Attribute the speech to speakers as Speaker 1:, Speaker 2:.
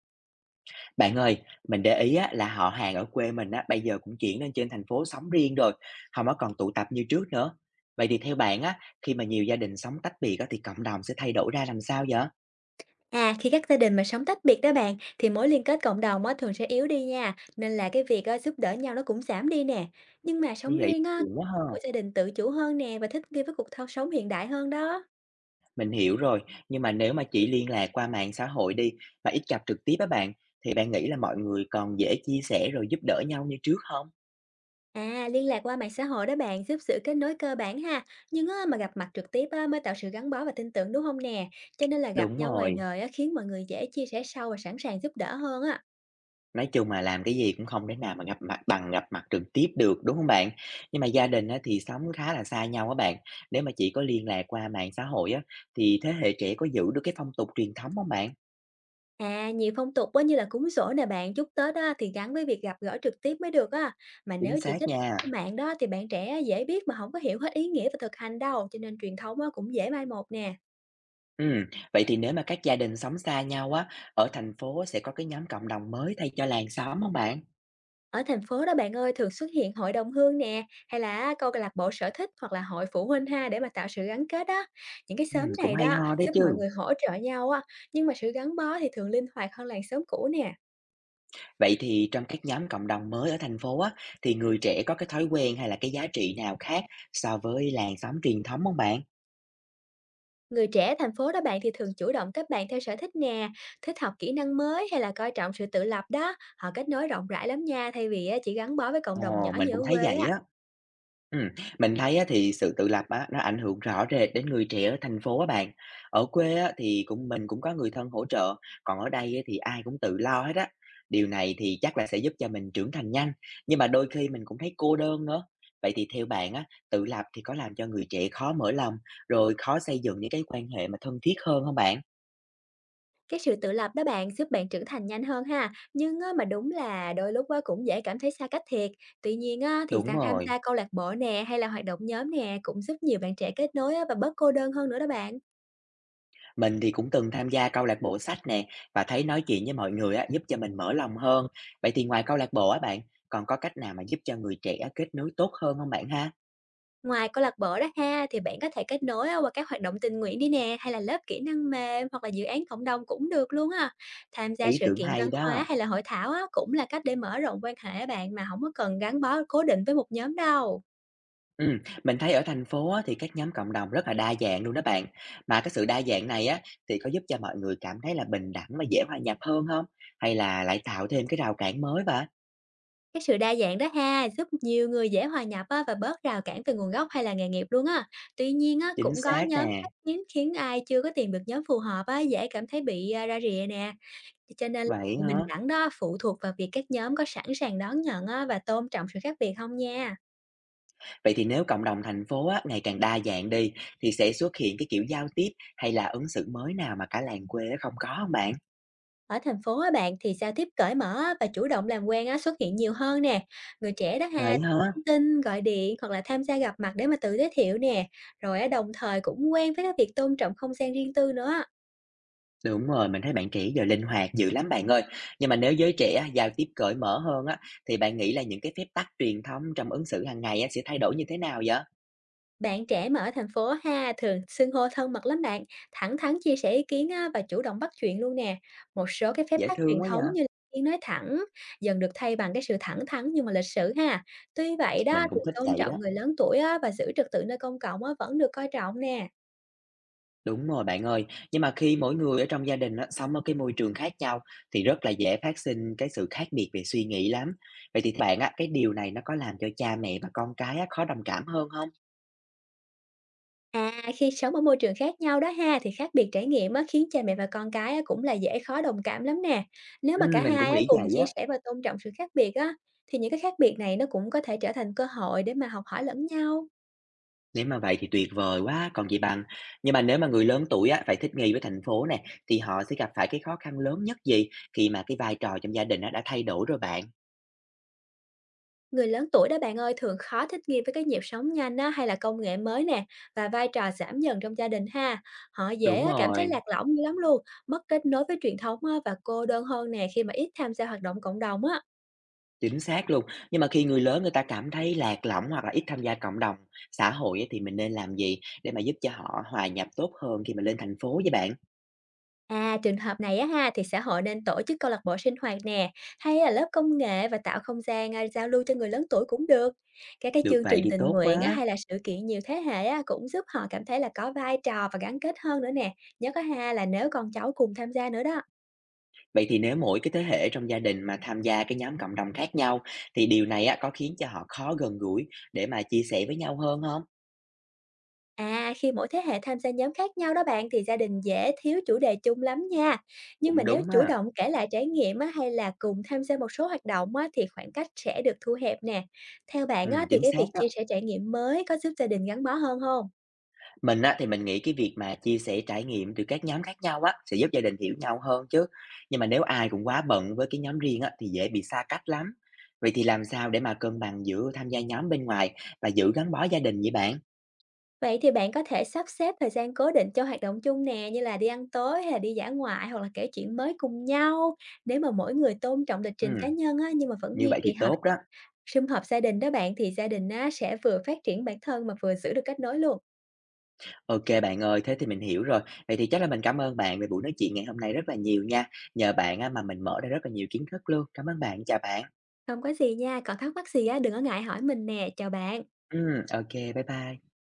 Speaker 1: Bạn ơi, mình để ý á, là họ hàng ở quê mình á, bây giờ cũng chuyển lên trên thành phố sống riêng rồi, không có còn tụ tập như trước nữa. Vậy thì theo bạn á, khi mà nhiều gia đình sống tách biệt á, thì cộng đồng sẽ thay đổi ra làm sao vậy?
Speaker 2: À, khi các gia đình mà sống tách biệt đó bạn, thì mối liên kết cộng đồng á, thường sẽ yếu đi nha, nên là cái việc á, giúp đỡ nhau nó cũng giảm đi nè. Nhưng mà
Speaker 1: Như
Speaker 2: sống
Speaker 1: vậy
Speaker 2: riêng á,
Speaker 1: buồn quá ha.
Speaker 2: mỗi gia đình tự chủ hơn nè và thích nghi với cuộc thao sống hiện đại hơn đó.
Speaker 1: Mình hiểu rồi, nhưng mà nếu mà chỉ liên lạc qua mạng xã hội đi, mà ít gặp trực tiếp á bạn, thì bạn nghĩ là mọi người còn dễ chia sẻ rồi giúp đỡ nhau như trước không?
Speaker 2: À, liên lạc qua mạng xã hội đó bạn giúp sự kết nối cơ bản ha, nhưng á, mà gặp mặt trực tiếp á, mới tạo sự gắn bó và tin tưởng đúng không nè? Cho nên là gặp
Speaker 1: Đúng
Speaker 2: nhau ngoài
Speaker 1: rồi.
Speaker 2: đời á, khiến mọi người dễ chia sẻ sâu và sẵn sàng giúp đỡ hơn á.
Speaker 1: Nói chung là làm cái gì cũng không thể nào mà gặp mặt bằng gặp mặt trực tiếp được, đúng không bạn? Nhưng mà gia đình á thì sống khá là xa nhau á bạn, nếu mà chỉ có liên lạc qua mạng xã hội á, thì thế hệ trẻ có giữ được cái phong tục truyền thống không bạn?
Speaker 2: À, nhiều phong tục á, như là cúng giỗ nè bạn, chúc Tết á, thì gắn với việc gặp gỡ trực tiếp mới được á. Mà nếu
Speaker 1: Chính
Speaker 2: chỉ
Speaker 1: xác
Speaker 2: thích
Speaker 1: nha.
Speaker 2: mạng đó thì bạn trẻ dễ biết mà không có hiểu hết ý nghĩa và thực hành đâu, cho nên truyền thống á, cũng dễ mai một nè.
Speaker 1: Ừ, vậy thì nếu mà các gia đình sống xa nhau á, ở thành phố sẽ có cái nhóm cộng đồng mới thay cho làng xóm không bạn?
Speaker 2: Ở thành phố đó bạn ơi, thường xuất hiện hội đồng hương nè, hay là câu lạc bộ sở thích hoặc là hội phụ huynh ha để mà tạo sự gắn kết đó. Những cái xóm
Speaker 1: Cũng
Speaker 2: này
Speaker 1: hay
Speaker 2: đó
Speaker 1: ho đấy
Speaker 2: giúp mọi
Speaker 1: chứ.
Speaker 2: người hỗ trợ nhau á, nhưng mà sự gắn bó thì thường linh hoạt hơn làng xóm cũ nè.
Speaker 1: Vậy thì trong các nhóm cộng đồng mới ở thành phố á, thì người trẻ có cái thói quen hay là cái giá trị nào khác so với làng xóm truyền thống không bạn?
Speaker 2: Người trẻ thành phố đó bạn thì thường chủ động kết bạn theo sở thích nè, thích học kỹ năng mới hay là coi trọng sự tự lập đó. Họ kết nối rộng rãi lắm nha, thay vì á, chỉ gắn bó với cộng đồng
Speaker 1: Ồ,
Speaker 2: nhỏ
Speaker 1: mình
Speaker 2: như ở
Speaker 1: cũng thấy
Speaker 2: quê
Speaker 1: vậy
Speaker 2: á.
Speaker 1: á. Ừm, mình thấy á thì sự tự lập á, nó ảnh hưởng rõ rệt đến người trẻ ở thành phố á bạn. Ở quê á thì cũng mình cũng có người thân hỗ trợ, còn ở đây á thì ai cũng tự lo hết á. Điều này thì chắc là sẽ giúp cho mình trưởng thành nhanh, nhưng mà đôi khi mình cũng thấy cô đơn nữa. Vậy thì theo bạn á, tự lập thì có làm cho người trẻ khó mở lòng, rồi khó xây dựng những cái quan hệ mà thân thiết hơn không bạn?
Speaker 2: Cái sự tự lập đó bạn giúp bạn trưởng thành nhanh hơn ha. Nhưng á, mà đúng là đôi lúc á, cũng dễ cảm thấy xa cách thiệt. Tuy nhiên á, thì
Speaker 1: Đúng
Speaker 2: ta tham
Speaker 1: rồi.
Speaker 2: gia câu lạc bộ nè hay là hoạt động nhóm nè cũng giúp nhiều bạn trẻ kết nối á, và bớt cô đơn hơn nữa đó bạn.
Speaker 1: Mình thì cũng từng tham gia câu lạc bộ sách nè và thấy nói chuyện với mọi người á, giúp cho mình mở lòng hơn. Vậy thì ngoài câu lạc bộ á bạn, còn có cách nào mà giúp cho người trẻ kết nối tốt hơn không bạn ha?
Speaker 2: Ngoài câu lạc bộ đó ha, thì bạn có thể kết nối á, qua các hoạt động tình nguyện đi nè, hay là lớp kỹ năng mềm hoặc là dự án cộng đồng cũng được luôn á. Tham gia
Speaker 1: Ý
Speaker 2: sự
Speaker 1: tưởng
Speaker 2: kiện văn
Speaker 1: hay
Speaker 2: hóa
Speaker 1: đó.
Speaker 2: hay là hội thảo á, cũng là cách để mở rộng quan hệ bạn mà không có cần gắn bó cố định với một nhóm đâu.
Speaker 1: Ừ, mình thấy ở thành phố á, thì các nhóm cộng đồng rất là đa dạng luôn đó bạn. Mà cái sự đa dạng này á thì có giúp cho mọi người cảm thấy là bình đẳng và dễ hòa nhập hơn không? Hay là lại tạo thêm cái rào cản mới vậy?
Speaker 2: Cái sự đa dạng đó ha, giúp nhiều người dễ hòa nhập á, và bớt rào cản từ nguồn gốc hay là nghề nghiệp luôn á. Tuy nhiên á,
Speaker 1: Chính
Speaker 2: cũng có
Speaker 1: xác
Speaker 2: nhóm khác
Speaker 1: nè.
Speaker 2: khiến khiến ai chưa có tìm được nhóm phù hợp á, dễ cảm thấy bị ra rìa nè. Thì cho nên là
Speaker 1: Vậy
Speaker 2: sự bình
Speaker 1: hả?
Speaker 2: đẳng đó phụ thuộc vào việc các nhóm có sẵn sàng đón nhận á, và tôn trọng sự khác biệt không nha.
Speaker 1: Vậy thì nếu cộng đồng thành phố á, ngày càng đa dạng đi, thì sẽ xuất hiện cái kiểu giao tiếp hay là ứng xử mới nào mà cả làng quê á không có hông bạn?
Speaker 2: Ở thành phố á bạn thì giao tiếp cởi mở á, và chủ động làm quen á, xuất hiện nhiều hơn nè. Người trẻ đó ha
Speaker 1: Vậy hả?
Speaker 2: tin, gọi điện hoặc là tham gia gặp mặt để mà tự giới thiệu nè. Rồi á, đồng thời cũng quen với cái việc tôn trọng không gian riêng tư nữa.
Speaker 1: Đúng rồi, mình thấy bạn trẻ giờ linh hoạt dữ lắm bạn ơi. Nhưng mà nếu giới trẻ á, giao tiếp cởi mở hơn á, thì bạn nghĩ là những cái phép tắc truyền thống trong ứng xử hàng ngày á, sẽ thay đổi như thế nào vậy?
Speaker 2: Bạn trẻ mà ở thành phố ha, thường xưng hô thân mật lắm bạn, thẳng thắn chia sẻ ý kiến á, và chủ động bắt chuyện luôn nè. Một số cái phép
Speaker 1: Dễ
Speaker 2: tắc truyền
Speaker 1: thương quá
Speaker 2: thống như
Speaker 1: vậy!
Speaker 2: là tiếng nói thẳng, dần được thay bằng cái sự thẳng thắn nhưng mà lịch sự ha. Tuy vậy đó
Speaker 1: Mình
Speaker 2: thì
Speaker 1: cũng thích
Speaker 2: tôn
Speaker 1: vậy đó.
Speaker 2: trọng người lớn tuổi á, và giữ trật tự nơi công cộng á, vẫn được coi trọng nè.
Speaker 1: Đúng rồi bạn ơi, nhưng mà khi mỗi người ở trong gia đình á, sống ở cái môi trường khác nhau thì rất là dễ phát sinh cái sự khác biệt về suy nghĩ lắm. Vậy thì bạn á, cái điều này nó có làm cho cha mẹ và con cái á, khó đồng cảm hơn không?
Speaker 2: À, khi sống ở môi trường khác nhau đó ha, thì khác biệt trải nghiệm á, khiến cha mẹ và con cái á, cũng là dễ khó đồng cảm lắm nè. Nếu mà cả
Speaker 1: Mình cũng
Speaker 2: hai á,
Speaker 1: nghĩ
Speaker 2: cùng
Speaker 1: vậy
Speaker 2: chia
Speaker 1: á.
Speaker 2: sẻ và tôn trọng sự khác biệt á, thì những cái khác biệt này nó cũng có thể trở thành cơ hội để mà học hỏi lẫn nhau.
Speaker 1: Nếu mà vậy thì tuyệt vời quá, còn gì bằng. Nhưng mà nếu mà người lớn tuổi á, phải thích nghi với thành phố nè, thì họ sẽ gặp phải cái khó khăn lớn nhất gì khi mà cái vai trò trong gia đình á, đã thay đổi rồi bạn?
Speaker 2: Người lớn tuổi đó bạn ơi thường khó thích nghi với cái nhịp sống nhanh á, hay là công nghệ mới nè và vai trò giảm dần trong gia đình ha. Họ dễ
Speaker 1: Đúng
Speaker 2: á, cảm thấy
Speaker 1: rồi.
Speaker 2: lạc lõng dữ lắm luôn, mất kết nối với truyền thống á, và cô đơn hơn nè khi mà ít tham gia hoạt động cộng đồng á.
Speaker 1: Chính xác luôn. Nhưng mà khi người lớn người ta cảm thấy lạc lõng hoặc là ít tham gia cộng đồng, xã hội á, thì mình nên làm gì để mà giúp cho họ hòa nhập tốt hơn khi mà lên thành phố với bạn?
Speaker 2: À, trường hợp này á ha thì xã hội nên tổ chức câu lạc bộ sinh hoạt nè, hay là lớp công nghệ và tạo không gian giao lưu cho người lớn tuổi cũng được. Các cái
Speaker 1: Được
Speaker 2: chương
Speaker 1: vậy
Speaker 2: trình
Speaker 1: thì
Speaker 2: tình
Speaker 1: tốt
Speaker 2: nguyện á,
Speaker 1: quá.
Speaker 2: hay là sự kiện nhiều thế hệ á, cũng giúp họ cảm thấy là có vai trò và gắn kết hơn nữa nè. Nhớ có ha là nếu con cháu cùng tham gia nữa đó.
Speaker 1: Vậy thì nếu mỗi cái thế hệ trong gia đình mà tham gia cái nhóm cộng đồng khác nhau thì điều này á, có khiến cho họ khó gần gũi để mà chia sẻ với nhau hơn không?
Speaker 2: À, khi mỗi thế hệ tham gia nhóm khác nhau đó bạn thì gia đình dễ thiếu chủ đề chung lắm nha. Nhưng mà
Speaker 1: Cũng
Speaker 2: nếu
Speaker 1: đúng
Speaker 2: chủ
Speaker 1: ha.
Speaker 2: động kể lại trải nghiệm á, hay là cùng tham gia một số hoạt động á, thì khoảng cách sẽ được thu hẹp nè. Theo bạn á, thì
Speaker 1: Chính
Speaker 2: cái
Speaker 1: xác
Speaker 2: việc
Speaker 1: đó.
Speaker 2: chia sẻ trải nghiệm mới có giúp gia đình gắn bó hơn không?
Speaker 1: Mình á, thì mình nghĩ cái việc mà chia sẻ trải nghiệm từ các nhóm khác nhau á, sẽ giúp gia đình hiểu nhau hơn chứ. Nhưng mà nếu ai cũng quá bận với cái nhóm riêng á, thì dễ bị xa cách lắm. Vậy thì làm sao để mà cân bằng giữa tham gia nhóm bên ngoài và giữ gắn bó gia đình vậy bạn?
Speaker 2: Vậy thì bạn có thể sắp xếp thời gian cố định cho hoạt động chung nè, như là đi ăn tối hay là đi dã ngoại hoặc là kể chuyện mới cùng nhau. Nếu mà mỗi người tôn trọng lịch
Speaker 1: Ừ,
Speaker 2: trình cá nhân á, nhưng mà vẫn
Speaker 1: như
Speaker 2: duy
Speaker 1: vậy thì
Speaker 2: trì hợp
Speaker 1: tốt đó.
Speaker 2: sum họp gia đình đó bạn thì gia đình á, sẽ vừa phát triển bản thân mà vừa giữ được kết nối luôn.
Speaker 1: Ok bạn ơi, thế thì mình hiểu rồi. Vậy thì chắc là mình cảm ơn bạn về buổi nói chuyện ngày hôm nay rất là nhiều nha. Nhờ bạn á, mà mình mở ra rất là nhiều kiến thức luôn. Cảm ơn bạn, chào bạn.
Speaker 2: Không có gì nha, còn thắc mắc gì á đừng có ngại hỏi mình nè. Chào bạn.
Speaker 1: Ừ, ok, bye bye.